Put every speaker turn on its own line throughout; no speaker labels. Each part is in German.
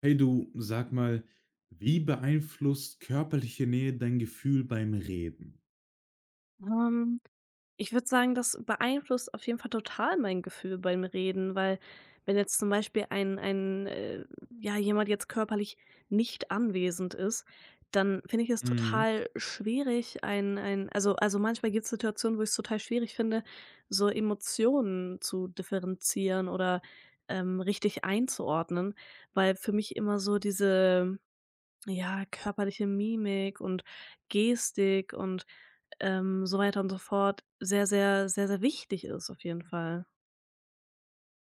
Hey du, sag mal, wie beeinflusst körperliche Nähe dein Gefühl beim Reden?
Ähm, ich würde sagen, das beeinflusst auf jeden Fall total mein Gefühl beim Reden, weil wenn jetzt zum Beispiel jemand jetzt körperlich nicht anwesend ist, dann finde ich es
Mhm.
total schwierig, also manchmal gibt es Situationen, wo ich es total schwierig finde, so Emotionen zu differenzieren oder richtig einzuordnen, weil für mich immer so diese ja, körperliche Mimik und Gestik und, so weiter und so fort sehr, sehr, sehr, sehr wichtig ist auf jeden Fall.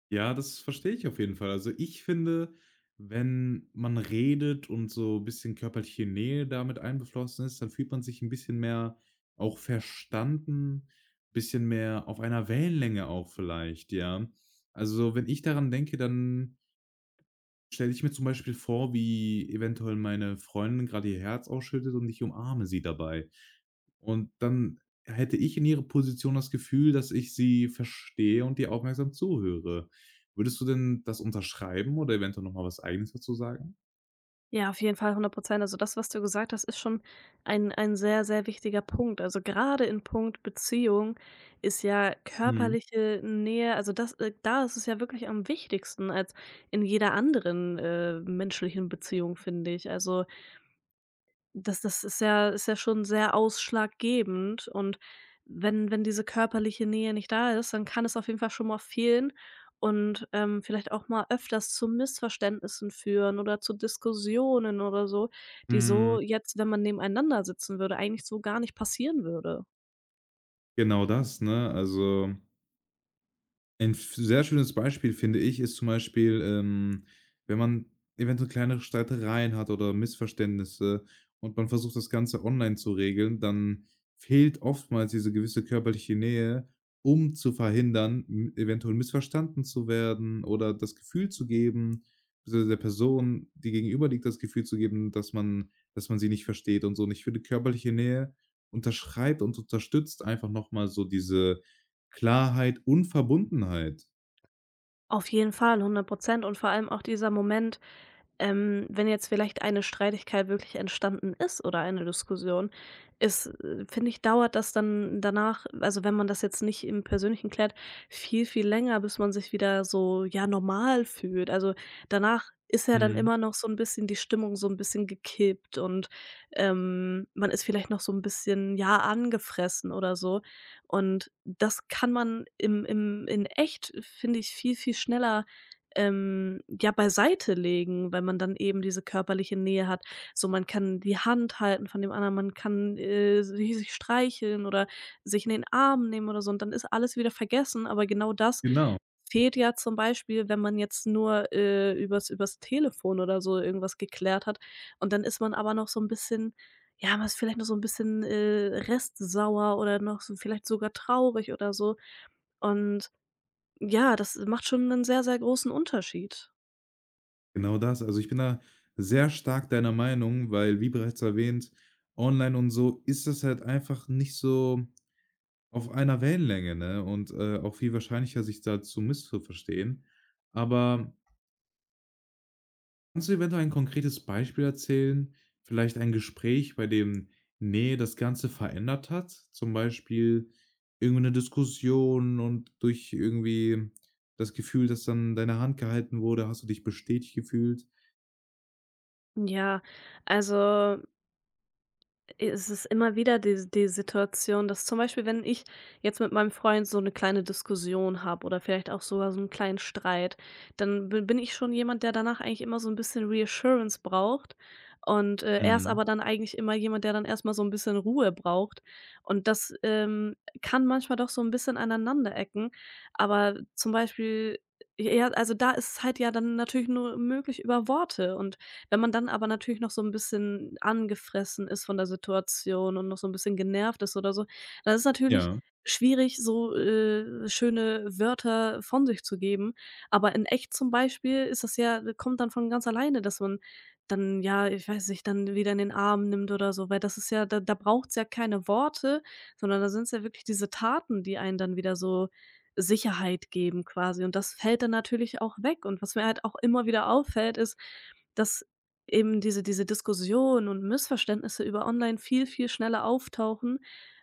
Ja, das verstehe ich auf jeden Fall. Also ich finde, wenn man redet und so ein bisschen körperliche Nähe damit einbeflossen ist, dann fühlt man sich ein bisschen mehr auch verstanden, bisschen mehr auf einer Wellenlänge auch vielleicht, ja. Also wenn ich daran denke, dann stelle ich mir zum Beispiel vor, wie eventuell meine Freundin gerade ihr Herz ausschüttet und ich umarme sie dabei. Und dann hätte ich in ihrer Position das Gefühl, dass ich sie verstehe und ihr aufmerksam zuhöre. Würdest du denn das unterschreiben oder eventuell noch mal was Eigenes dazu sagen?
Ja, auf jeden Fall 100%. Also, das, was du gesagt hast, ist schon ein sehr, sehr wichtiger Punkt. Also, gerade in Punkt Beziehung ist ja
Mhm.
körperliche Nähe also, das da ist es ja wirklich am wichtigsten als in jeder anderen, menschlichen Beziehung, finde ich. Also das ist ja schon sehr ausschlaggebend und wenn diese körperliche Nähe nicht da ist, dann kann es auf jeden Fall schon mal fehlen und, vielleicht auch mal öfters zu Missverständnissen führen oder zu Diskussionen oder so, die
Mhm.
so jetzt, wenn man nebeneinander sitzen würde, eigentlich so gar nicht passieren würde.
Genau das, ne? Also, ein f sehr schönes Beispiel, finde ich, ist zum Beispiel, wenn man eventuell kleinere Streitereien hat oder Missverständnisse und man versucht, das Ganze online zu regeln, dann fehlt oftmals diese gewisse körperliche Nähe, um zu verhindern, m eventuell missverstanden zu werden oder das Gefühl zu geben beziehungsweise der Person, die gegenüber liegt, das Gefühl zu geben, dass man sie nicht versteht und so. Und ich finde, körperliche Nähe unterschreibt und unterstützt einfach noch mal so diese Klarheit und Verbundenheit.
Auf jeden Fall, hundert Prozent. Und vor allem auch dieser Moment. Wenn jetzt vielleicht eine Streitigkeit wirklich entstanden ist oder eine Diskussion, ist, finde ich, dauert das dann danach, also wenn man das jetzt nicht im Persönlichen klärt, viel, viel länger, bis man sich wieder so, ja, normal fühlt. Also danach ist ja dann
Mhm.
immer noch so ein bisschen die Stimmung so ein bisschen gekippt und man ist vielleicht noch so ein bisschen, ja, angefressen oder so. Und das kann man in echt, finde ich, viel, viel schneller ja, beiseite legen, weil man dann eben diese körperliche Nähe hat. So, man kann die Hand halten von dem anderen, man kann, si sich streicheln oder sich in den Arm nehmen oder so und dann ist alles wieder vergessen, aber genau das
Genau,
fehlt ja zum Beispiel, wenn man jetzt nur, übers Telefon oder so irgendwas geklärt hat und dann ist man aber noch so ein bisschen ja, man ist vielleicht noch so ein bisschen, restsauer oder noch so vielleicht sogar traurig oder so und ja, das macht schon 'nen sehr, sehr großen Unterschied.
genau das. Also, ich bin da sehr stark deiner Meinung, weil wie bereits erwähnt, online und so ist das halt einfach nicht so auf einer Wellenlänge, ne, und, auch viel wahrscheinlicher, sich da zu missverstehen. Aber kannst du eventuell ein konkretes Beispiel erzählen? Vielleicht ein Gespräch, bei dem Nähe das Ganze verändert hat? Zum Beispiel irgendeine Diskussion und durch irgendwie das Gefühl, dass dann deine Hand gehalten wurde, hast du dich bestätigt gefühlt?
Ja, also es ist immer wieder die Situation, dass zum Beispiel, wenn ich jetzt mit meinem Freund so eine kleine Diskussion habe oder vielleicht auch sogar so einen kleinen Streit, dann bi bin ich schon jemand, der danach eigentlich immer so ein bisschen Reassurance braucht und, er ist
Mhm.
aber dann eigentlich immer jemand, der dann erstmal so ein bisschen Ruhe braucht und das, kann manchmal doch so ein bisschen aneinander ecken, aber zum Beispiel, ja, also da ist es halt ja dann natürlich nur möglich über Worte und wenn man dann aber natürlich noch so ein bisschen angefressen ist von der Situation und noch so ein bisschen genervt ist oder so, dann ist natürlich
Ja.
schwierig, so, schöne Wörter von sich zu geben. Aber in echt zum Beispiel ist das ja kommt dann von ganz alleine, dass man dann, ja, ich weiß nicht, dann wieder in den Arm nimmt oder so, weil das ist ja da braucht es ja keine Worte, sondern da sind es ja wirklich diese Taten, die einen dann wieder so Sicherheit geben quasi. Und das fällt dann natürlich auch weg. Und was mir halt auch immer wieder auffällt, ist, dass eben diese Diskussion und Missverständnisse über online viel, viel schneller auftauchen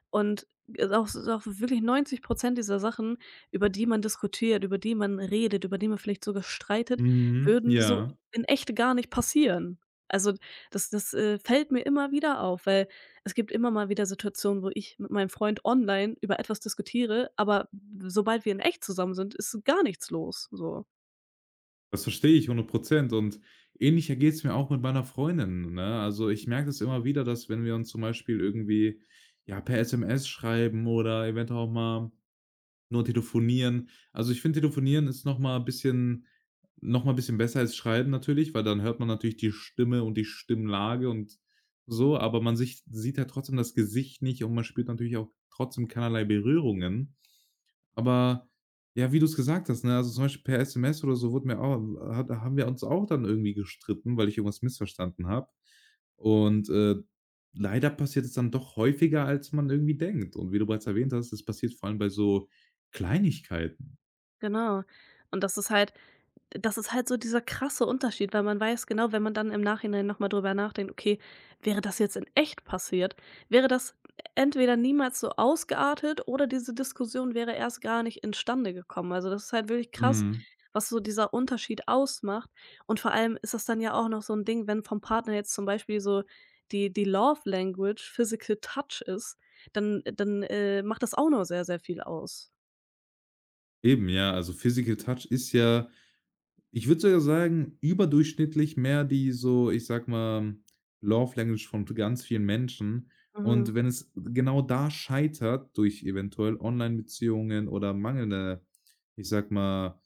und auch wirklich 90 dieser Sachen, über die man diskutiert, über die man redet, über die man vielleicht sogar streitet,
Mhm.
würden so
Ja,
in echt gar nicht passieren. Also, das fällt mir immer wieder auf, weil es gibt immer mal wieder Situationen, wo ich mit meinem Freund online über etwas diskutiere, aber sobald wir in echt zusammen sind, ist gar nichts los, so.
das verstehe ich 100%. Und ähnlich ergeht es mir auch mit meiner Freundin, ne? Also, ich merke das immer wieder, dass wenn wir uns zum Beispiel irgendwie, ja, per SMS schreiben oder eventuell auch mal nur telefonieren. Also, ich finde, telefonieren ist noch mal ein bisschen besser als schreiben natürlich, weil dann hört man natürlich die Stimme und die Stimmlage und so, aber man sich sieht ja trotzdem das Gesicht nicht und man spürt natürlich auch trotzdem keinerlei Berührungen. Aber ja, wie du es gesagt hast, ne, also zum Beispiel per SMS oder so wurde mir auch hat haben wir uns auch dann irgendwie gestritten, weil ich irgendwas missverstanden habe. Und, leider passiert es dann doch häufiger, als man irgendwie denkt. Und wie du bereits erwähnt hast, es passiert vor allem bei so Kleinigkeiten.
Genau. Und das ist halt so dieser krasse Unterschied, weil man weiß genau, wenn man dann im Nachhinein noch mal drüber nachdenkt: „Okay, wäre das jetzt in echt passiert, wäre das entweder niemals so ausgeartet oder diese Diskussion wäre erst gar nicht instande gekommen.“ Also, das ist halt wirklich krass,
Mhm.
was so dieser Unterschied ausmacht. Und vor allem ist das dann ja auch noch so ein Ding, wenn vom Partner jetzt zum Beispiel so die Love Language Physical Touch ist, dann macht das auch noch sehr, sehr viel aus.
Eben, ja, also Physical Touch ist ja, ich würde sogar sagen, überdurchschnittlich mehr die, so ich sag mal, Love Language von ganz vielen Menschen. Und
Mhm,
wenn es genau da scheitert, durch eventuell Online-Beziehungen oder mangelnde, ich sag mal,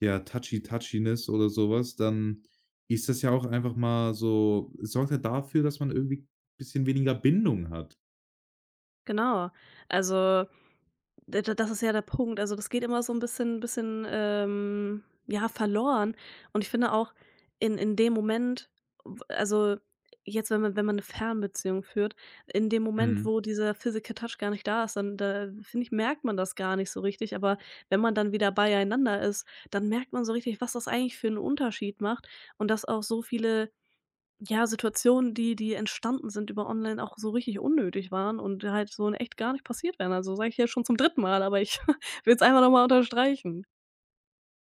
ja, Touchy-Touchiness oder sowas, dann ist das ja auch einfach mal so, sorgt ja dafür, dass man irgendwie ein bisschen weniger Bindung hat.
genau. Also D d das ist ja der Punkt. Also, das geht immer so ein bisschen ja, verloren. Und ich finde auch in dem Moment, w also, jetzt, wenn man eine Fernbeziehung führt, in dem Moment,
Mhm.
wo dieser Physical Touch gar nicht da ist, dann da finde ich, merkt man das gar nicht so richtig. Aber wenn man dann wieder beieinander ist, dann merkt man so richtig, was das eigentlich für einen Unterschied macht und dass auch so viele ja, Situationen, die entstanden sind über online auch so richtig unnötig waren und halt so in echt gar nicht passiert wären. Also, sage ich ja schon zum dritten Mal, aber ich will es einfach noch mal unterstreichen.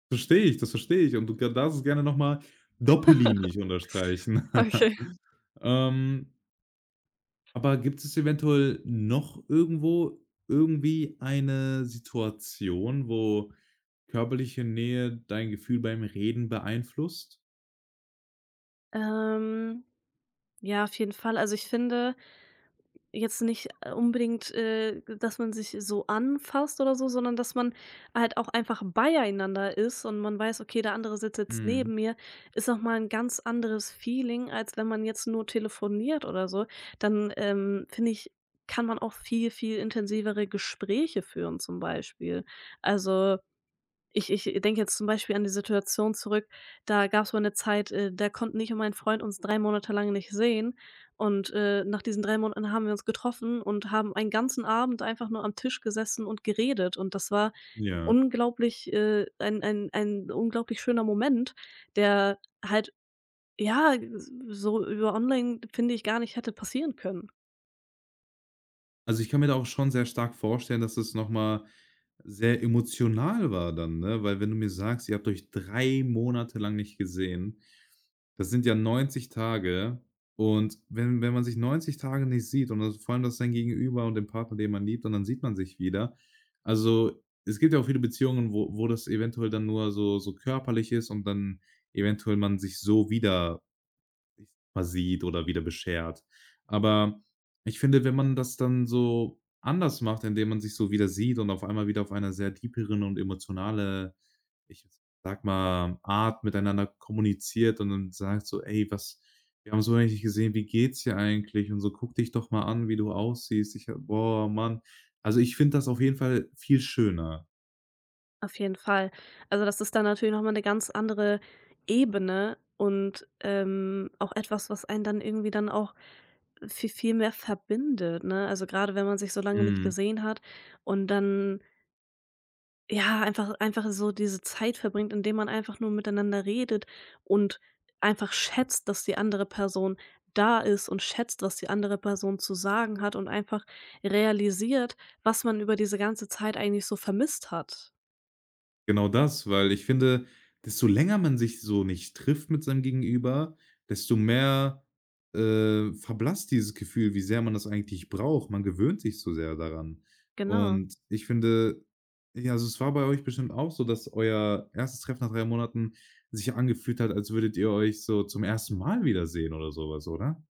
Verstehe ich, das verstehe ich, und du g darfst es gerne noch mal doppellinig unterstreichen.
Okay.
Ähm, aber gibt es eventuell noch irgendwo irgendwie eine Situation, wo körperliche Nähe dein Gefühl beim Reden beeinflusst?
Ähm, ja, auf jeden Fall. Also, ich finde jetzt nicht unbedingt, dass man sich so anfasst oder so, sondern dass man halt auch einfach beieinander ist und man weiß, okay, der andere sitzt jetzt
Mhm,
neben mir, ist noch mal ein ganz anderes Feeling, als wenn man jetzt nur telefoniert oder so. Dann, finde ich, kann man auch viel, viel intensivere Gespräche führen zum Beispiel. Also ich denke jetzt zum Beispiel an die Situation zurück, da gab es mal eine Zeit, da konnten ich und mein Freund uns 3 Monate lang nicht sehen und, nach diesen 3 Monaten haben wir uns getroffen und haben einen ganzen Abend einfach nur am Tisch gesessen und geredet und das war
ja.
unglaublich ein unglaublich schöner Moment, der halt, ja, so über online, finde ich, gar nicht hätte passieren können.
Also, ich kann mir da auch schon sehr stark vorstellen, dass es noch mal sehr emotional war dann, ne? Weil wenn du mir sagst, ihr habt euch 3 Monate lang nicht gesehen, das sind ja 90 Tage, und wenn man sich 90 Tage nicht sieht und das vor allem, das sein Gegenüber und den Partner, den man liebt, und dann sieht man sich wieder. Also, es gibt ja auch viele Beziehungen, wo das eventuell dann nur so körperlich ist und dann eventuell man sich so wieder mal sieht oder wieder beschert. Aber ich finde, wenn man das dann so anders macht, indem man sich so wieder sieht und auf einmal wieder auf einer sehr tieferen und emotionale, ich sag mal, Art miteinander kommuniziert und dann sagt so: „Ey, was, wir haben so lange nicht gesehen, wie geht's dir eigentlich und so, guck dich doch mal an, wie du aussiehst. Ich habe, boah, Mann.“ Also, ich finde das auf jeden Fall viel schöner.
Auf jeden Fall. Also, das ist dann natürlich noch mal 'ne ganz andere Ebene und, auch etwas, was einen dann irgendwie dann auch viel mehr verbindet, ne? Also, gerade wenn man sich so lange nicht
Mhm.
gesehen hat und dann, ja, einfach so diese Zeit verbringt, indem man einfach nur miteinander redet und einfach schätzt, dass die andere Person da ist und schätzt, was die andere Person zu sagen hat und einfach realisiert, was man über diese ganze Zeit eigentlich so vermisst hat.
Genau das, weil ich finde, desto länger man sich so nicht trifft mit seinem Gegenüber, desto mehr, verblasst dieses Gefühl, wie sehr man das eigentlich braucht. Man gewöhnt sich so sehr daran.
Genau.
Und ich finde, ja, also es war bei euch bestimmt auch so, dass euer erstes Treffen nach 3 Monaten sich angefühlt hat, als würdet ihr euch so zum ersten Mal wiedersehen oder sowas, oder?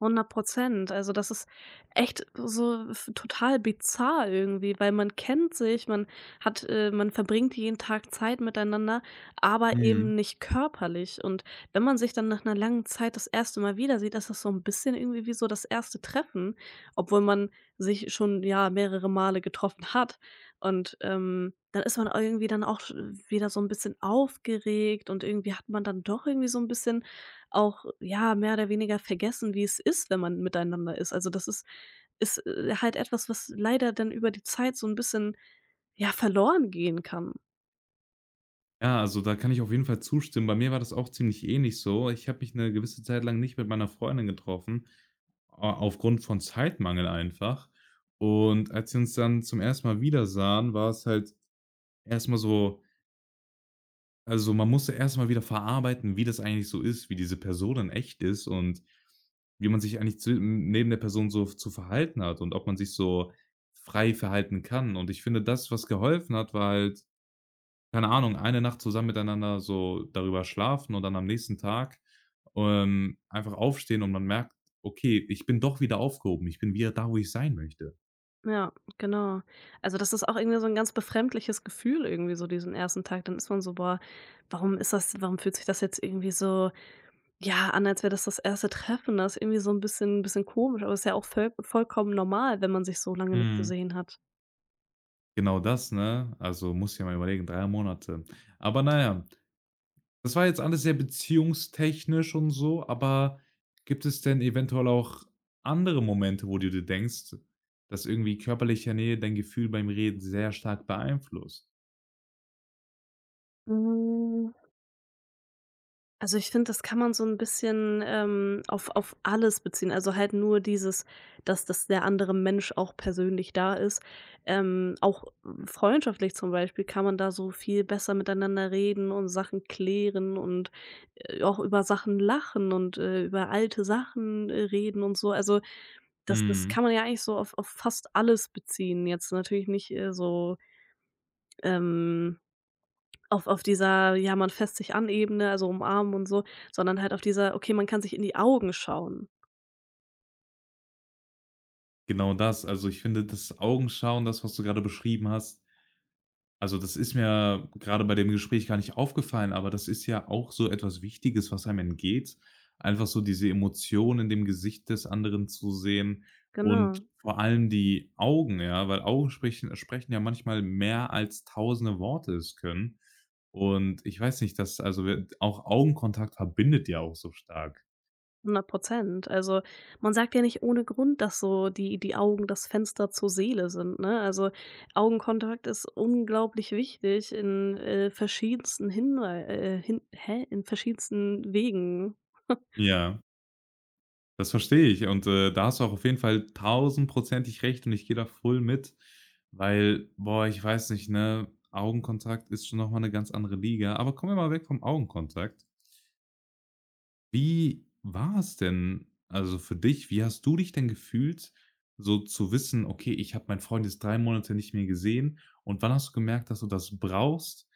100%. Also, das ist echt so f total bizarr irgendwie, weil man kennt sich, man hat man verbringt jeden Tag Zeit miteinander, aber
Mhm.
eben nicht körperlich. Und wenn man sich dann nach einer langen Zeit das erste Mal wieder sieht, ist das so ein bisschen irgendwie wie so das erste Treffen, obwohl man sich schon, ja, mehrere Male getroffen hat. Und, dann ist man irgendwie dann auch wieder so ein bisschen aufgeregt und irgendwie hat man dann doch irgendwie so ein bisschen auch, ja, mehr oder weniger vergessen, wie es ist, wenn man miteinander ist. Also, das ist halt etwas, was leider dann über die Zeit so ein bisschen, ja, verloren gehen kann.
Ja, also da kann ich auf jeden Fall zustimmen. Bei mir war das auch ziemlich ähnlich so. Ich habe mich eine gewisse Zeit lang nicht mit meiner Freundin getroffen, a aufgrund von Zeitmangel einfach. Und als wir uns dann zum ersten Mal wieder sahen, war es halt erstmal so, also man musste erstmal wieder verarbeiten, wie das eigentlich so ist, wie diese Person in echt ist und wie man sich eigentlich zu neben der Person so zu verhalten hat und ob man sich so frei verhalten kann. Und ich finde, das, was geholfen hat, war halt, keine Ahnung, eine Nacht zusammen miteinander so darüber schlafen und dann am nächsten Tag, einfach aufstehen und man merkt: „Okay, ich bin doch wieder aufgehoben. Ich bin wieder da, wo ich sein möchte.“
Ja, genau. Also, das ist auch irgendwie so ein ganz befremdliches Gefühl irgendwie so diesen ersten Tag. Dann ist man so: „Boah, warum fühlt sich das jetzt irgendwie so, ja, an, als wäre das das erste Treffen?“ Das ist irgendwie so ein bisschen komisch, aber ist ja auch völ vollkommen normal, wenn man sich so lange nicht
Mhm.
gesehen hat.
Genau das, ne? Also, musst dir mal überlegen, 3 Monate. Aber naja, das war jetzt alles sehr beziehungstechnisch und so, aber gibt es denn eventuell auch andere Momente, wo du dir denkst, dass irgendwie körperliche Nähe dein Gefühl beim Reden sehr stark beeinflusst?
Mm, also, ich finde, das kann man so 'n bisschen, auf alles beziehen. Also, halt nur dieses, dass der andere Mensch auch persönlich da ist. Auch freundschaftlich zum Beispiel kann man da so viel besser miteinander reden und Sachen klären und, auch über Sachen lachen und, über alte Sachen, reden und so. Also, das
Mhm.
kann man ja eigentlich so auf fast alles beziehen. Jetzt natürlich nicht, so, ähm auf dieser, ja, man fasst sich an Ebene, also umarmen und so, sondern halt auf dieser, okay, man kann sich in die Augen schauen.
Genau das. Also, ich finde das Augenschauen, das, was du gerade beschrieben hast, also das ist mir gerade bei dem Gespräch gar nicht aufgefallen, aber das ist ja auch so etwas Wichtiges, was einem entgeht. Einfach so diese Emotion in dem Gesicht des anderen zu sehen und
Genau,
vor allem die Augen, ja, weil Augen sprechen ja manchmal mehr als tausende Worte es können. Und ich weiß nicht, dass, also wir auch, Augenkontakt verbindet ja auch so stark.
hundert Prozent. Also, man sagt ja nicht ohne Grund, dass so die Augen das Fenster zur Seele sind, ne? Also, Augenkontakt ist unglaublich wichtig in, verschiedensten Hinwei hin hä? In verschiedensten Wegen.
Ja. Das verstehe ich, und, da hast du auch auf jeden Fall tausendprozentig recht und ich gehe da voll mit, weil, boah, ich weiß nicht, ne, Augenkontakt ist schon noch mal 'ne ganz andere Liga. Aber kommen wir mal weg vom Augenkontakt. Wie war es denn, also, für dich? Wie hast du dich denn gefühlt, so zu wissen: „Okay, ich habe meinen Freund jetzt 3 Monate nicht mehr gesehen.“ Und wann hast du gemerkt, dass du das brauchst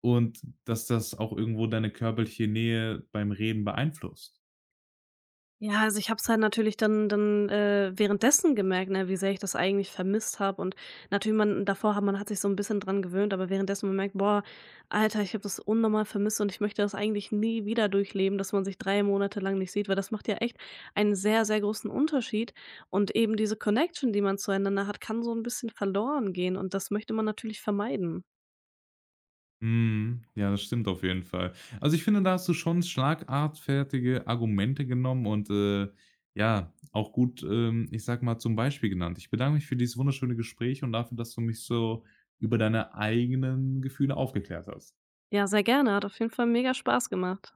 und dass das auch irgendwo deine körperliche Nähe beim Reden beeinflusst?
Ja, also ich habe es halt natürlich dann währenddessen gemerkt, ne, wie sehr ich das eigentlich vermisst habe und natürlich man davor hat sich so ein bisschen dran gewöhnt, aber währenddessen man merkt: „Boah, Alter, ich habe das unnormal vermisst und ich möchte das eigentlich nie wieder durchleben, dass man sich 3 Monate lang nicht sieht“, weil das macht ja echt einen sehr, sehr großen Unterschied und eben diese Connection, die man zueinander hat, kann so ein bisschen verloren gehen und das möchte man natürlich vermeiden.
Mhm. Ja, das stimmt auf jeden Fall. Also, ich finde, da hast du schon schlagartfertige Argumente genommen und, ja, auch gut, ich sage mal, zum Beispiel genannt. Ich bedanke mich für dieses wunderschöne Gespräch und dafür, dass du mich so über deine eigenen Gefühle aufgeklärt hast.
Ja, sehr gerne, hat auf jeden Fall mega Spaß gemacht.